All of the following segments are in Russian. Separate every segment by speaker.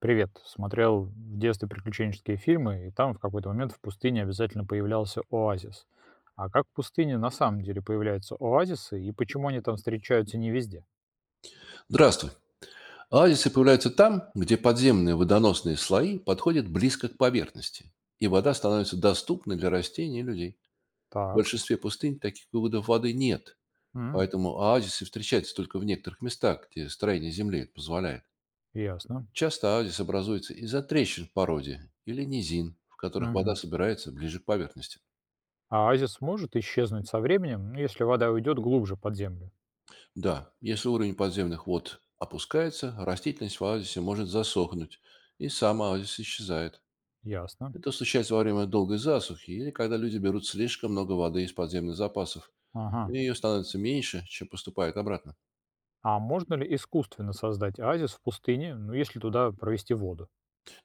Speaker 1: Привет. Смотрел в детстве приключенческие фильмы, и там в какой-то момент в пустыне обязательно появлялся оазис. А как в пустыне на самом деле появляются оазисы, и почему они там встречаются не везде?
Speaker 2: Здравствуй. Оазисы появляются там, где подземные водоносные слои подходят близко к поверхности, и вода становится доступной для растений и людей. В
Speaker 1: Так,
Speaker 2: большинстве пустынь таких выводов воды нет,
Speaker 1: м,
Speaker 2: поэтому оазисы встречаются только в некоторых местах, где строение земли это позволяет.
Speaker 1: ясно.
Speaker 2: Часто оазис образуется из-за трещин в породе или низин, в которых вода
Speaker 1: Мгм.
Speaker 2: собирается ближе к поверхности.
Speaker 1: А оазис может исчезнуть со временем, ну, если вода уйдет глубже под землю?
Speaker 2: Да, если уровень подземных вод опускается, растительность в оазисе может засохнуть, и сам оазис исчезает.
Speaker 1: Ясно.
Speaker 2: Это случается во время долгой засухи или когда люди берут слишком много воды из подземных запасов,
Speaker 1: Ага.
Speaker 2: и ее становится меньше, чем поступает обратно.
Speaker 1: А можно ли искусственно создать оазис в пустыне, ну, если туда провести воду?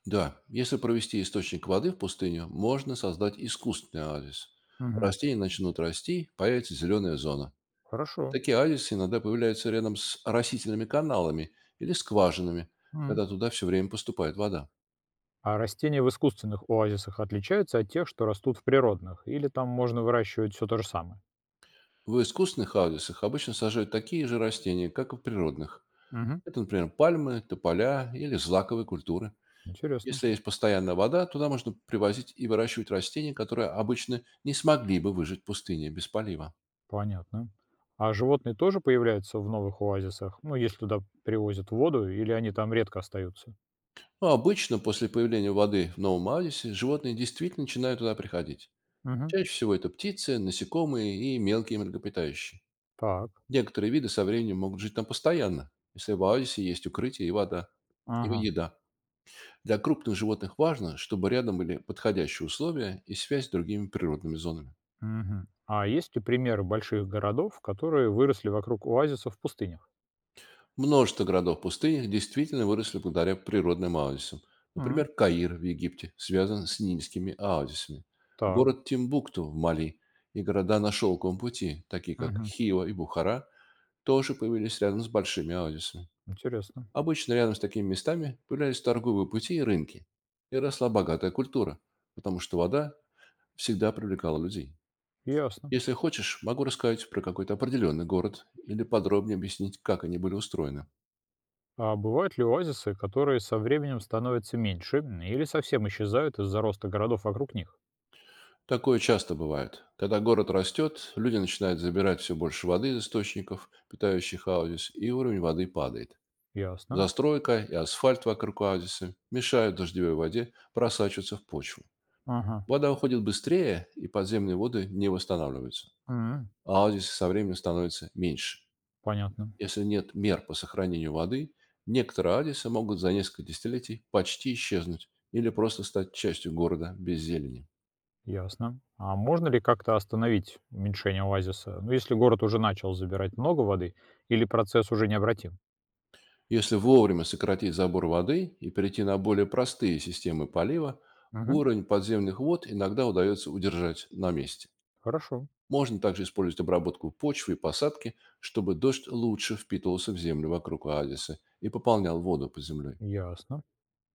Speaker 2: Да, если провести источник воды в пустыню, можно создать искусственный оазис.
Speaker 1: Мгм.
Speaker 2: Растения начнут расти, появится зеленая зона.
Speaker 1: Хорошо.
Speaker 2: Такие оазисы иногда появляются рядом с растительными каналами или скважинами,
Speaker 1: М.
Speaker 2: когда туда все время поступает вода.
Speaker 1: А растения в искусственных оазисах отличаются от тех, что растут в природных? Или там можно выращивать все то же самое?
Speaker 2: В искусственных оазисах обычно сажают такие же растения, как и в природных.
Speaker 1: Мгм.
Speaker 2: Это, например, пальмы, тополя или злаковые культуры.
Speaker 1: Интересно.
Speaker 2: Если есть постоянная вода, туда можно привозить и выращивать растения, которые обычно не смогли бы выжить в пустыне без полива.
Speaker 1: Понятно. А животные тоже появляются в новых оазисах? Ну, если туда привозят воду, или они там редко остаются?
Speaker 2: Но обычно после появления воды в новом оадисе животные действительно начинают туда приходить.
Speaker 1: Мгм.
Speaker 2: Чаще всего это птицы, насекомые и мелкие млекопитающие.
Speaker 1: Так.
Speaker 2: Некоторые виды со временем могут жить там постоянно, если в оазисе есть укрытие и вода, и
Speaker 1: Ага.
Speaker 2: еда. Для крупных животных важно, чтобы рядом были подходящие условия и связь с другими природными зонами.
Speaker 1: Мгм. А есть ли примеры больших городов, которые выросли вокруг оазисов в пустынях?
Speaker 2: Множество городов в пустынях действительно выросли благодаря природным оазисам.
Speaker 1: М.
Speaker 2: Например, Каир в Египте связан с нильскими оазисами.
Speaker 1: Так.
Speaker 2: Город Тимбукту в Мали и города на Шелковом пути, такие как
Speaker 1: Мгм.
Speaker 2: Хива и Бухара, тоже появились рядом с большими оазисами.
Speaker 1: Интересно.
Speaker 2: Обычно рядом с такими местами появлялись торговые пути и рынки. И росла богатая культура, потому что вода всегда привлекала людей.
Speaker 1: Ясно.
Speaker 2: Если хочешь, могу рассказать про какой-то определенный город или подробнее объяснить, как они были устроены.
Speaker 1: А бывают ли оазисы, которые со временем становятся меньше или совсем исчезают из-за роста городов вокруг них?
Speaker 2: Такое часто бывает. Когда город растет, люди начинают забирать все больше воды из источников, питающих оазис, и уровень воды падает.
Speaker 1: Ясно.
Speaker 2: Застройка и асфальт вокруг оазиса мешают дождевой воде просачиваться в почву.
Speaker 1: Ага.
Speaker 2: Вода уходит быстрее, и подземные воды не восстанавливаются.
Speaker 1: М,
Speaker 2: Оазисы со временем становятся меньше.
Speaker 1: понятно.
Speaker 2: Если нет мер по сохранению воды, некоторые оазисы могут за несколько десятилетий почти исчезнуть или просто стать частью города без зелени.
Speaker 1: Ясно. А можно ли как-то остановить уменьшение оазиса? Ну, если город уже начал забирать много воды или процесс уже необратим?
Speaker 2: Если вовремя сократить забор воды и перейти на более простые системы полива,
Speaker 1: Угу.
Speaker 2: уровень подземных вод иногда удается удержать на месте.
Speaker 1: Хорошо.
Speaker 2: Можно также использовать обработку почвы и посадки, чтобы дождь лучше впитывался в землю вокруг оазиса и пополнял воду под землей.
Speaker 1: Ясно.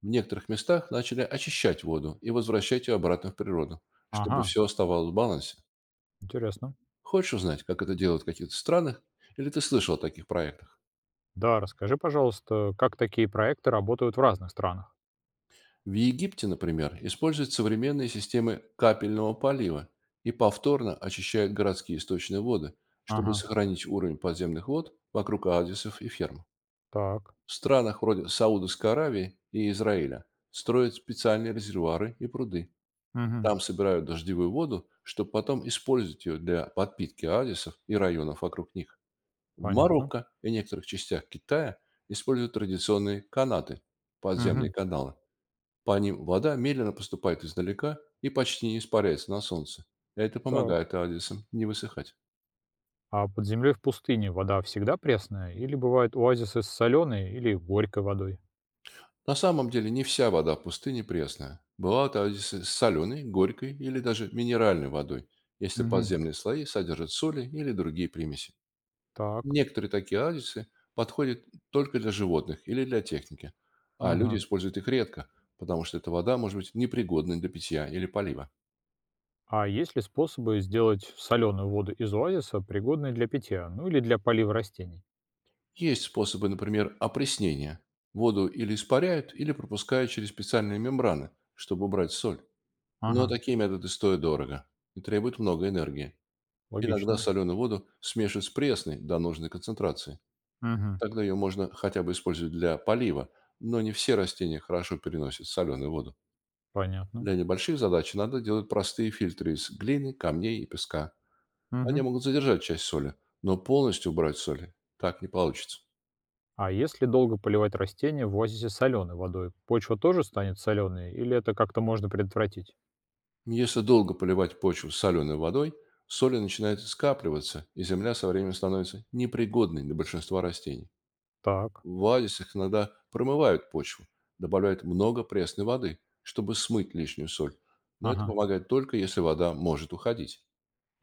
Speaker 2: В некоторых местах начали очищать воду и возвращать ее обратно в природу, чтобы
Speaker 1: Ага.
Speaker 2: все оставалось в балансе.
Speaker 1: Интересно.
Speaker 2: Хочешь узнать, как это делают в каких-то странах, или ты слышал о таких проектах?
Speaker 1: Да, расскажи, пожалуйста, как такие проекты работают в разных странах?
Speaker 2: В Египте, например, используют современные системы капельного полива и повторно очищают городские источные воды, чтобы
Speaker 1: Ага.
Speaker 2: сохранить уровень подземных вод вокруг оазисов и ферм.
Speaker 1: Так.
Speaker 2: В странах вроде Саудовской Аравии и Израиля строят специальные резервуары и пруды.
Speaker 1: Угу.
Speaker 2: Там собирают дождевую воду, чтобы потом использовать ее для подпитки оазисов и районов вокруг них. В
Speaker 1: Понятно.
Speaker 2: Марокко и некоторых частях Китая используют традиционные канаты – подземные
Speaker 1: Угу.
Speaker 2: каналы, по ним вода медленно поступает издалека и почти не испаряется на солнце. Это
Speaker 1: Так.
Speaker 2: помогает оазисам не высыхать.
Speaker 1: А под землей в пустыне вода всегда пресная или бывают оазисы с соленой или горькой водой?
Speaker 2: На самом деле не вся вода в пустыне пресная. Бывают оазисы с соленой, горькой или даже минеральной водой, если
Speaker 1: Угу,
Speaker 2: подземные слои содержат соли или другие примеси.
Speaker 1: так.
Speaker 2: Некоторые такие оазисы подходят только для животных или для техники, а люди
Speaker 1: Ага.
Speaker 2: используют их редко, потому что эта вода может быть непригодной для питья или полива.
Speaker 1: А есть ли способы сделать соленую воду из оазиса, пригодной для питья, ну или для полива растений?
Speaker 2: Есть способы, например, опреснения. Воду или испаряют, или пропускают через специальные мембраны, чтобы убрать соль. Но
Speaker 1: Ага.
Speaker 2: такие методы стоят дорого и требуют много энергии. Иногда
Speaker 1: Логично.
Speaker 2: соленую воду смешивают с пресной до нужной концентрации.
Speaker 1: Угу,
Speaker 2: Тогда ее можно хотя бы использовать для полива, но не все растения хорошо переносят соленую воду.
Speaker 1: понятно.
Speaker 2: Для небольших задач надо делать простые фильтры из глины, камней и песка. Они
Speaker 1: Угу.
Speaker 2: могут задержать часть соли, но полностью убрать соль так не получится.
Speaker 1: А если долго поливать растения в оазисе соленой водой, почва тоже станет соленой или это как-то можно предотвратить?
Speaker 2: Если долго поливать почву соленой водой, соли начинает скапливаться, и земля со временем становится непригодной для большинства растений.
Speaker 1: Так,
Speaker 2: В оазисах иногда промывают почву, добавляют много пресной воды, чтобы смыть лишнюю соль. Но это
Speaker 1: ага,
Speaker 2: помогает только, если вода может уходить.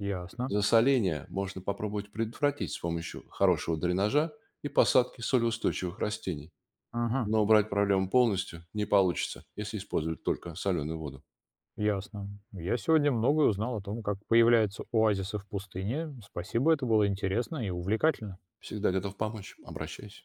Speaker 1: ясно.
Speaker 2: Засоление можно попробовать предотвратить с помощью хорошего дренажа и посадки солеустойчивых растений.
Speaker 1: Ага.
Speaker 2: Но убрать проблему полностью не получится, если использовать только соленую воду.
Speaker 1: Ясно. Я сегодня многое узнал о том, как появляются оазисы в пустыне. Спасибо, это было интересно и увлекательно.
Speaker 2: Всегда готов помочь. Обращайся.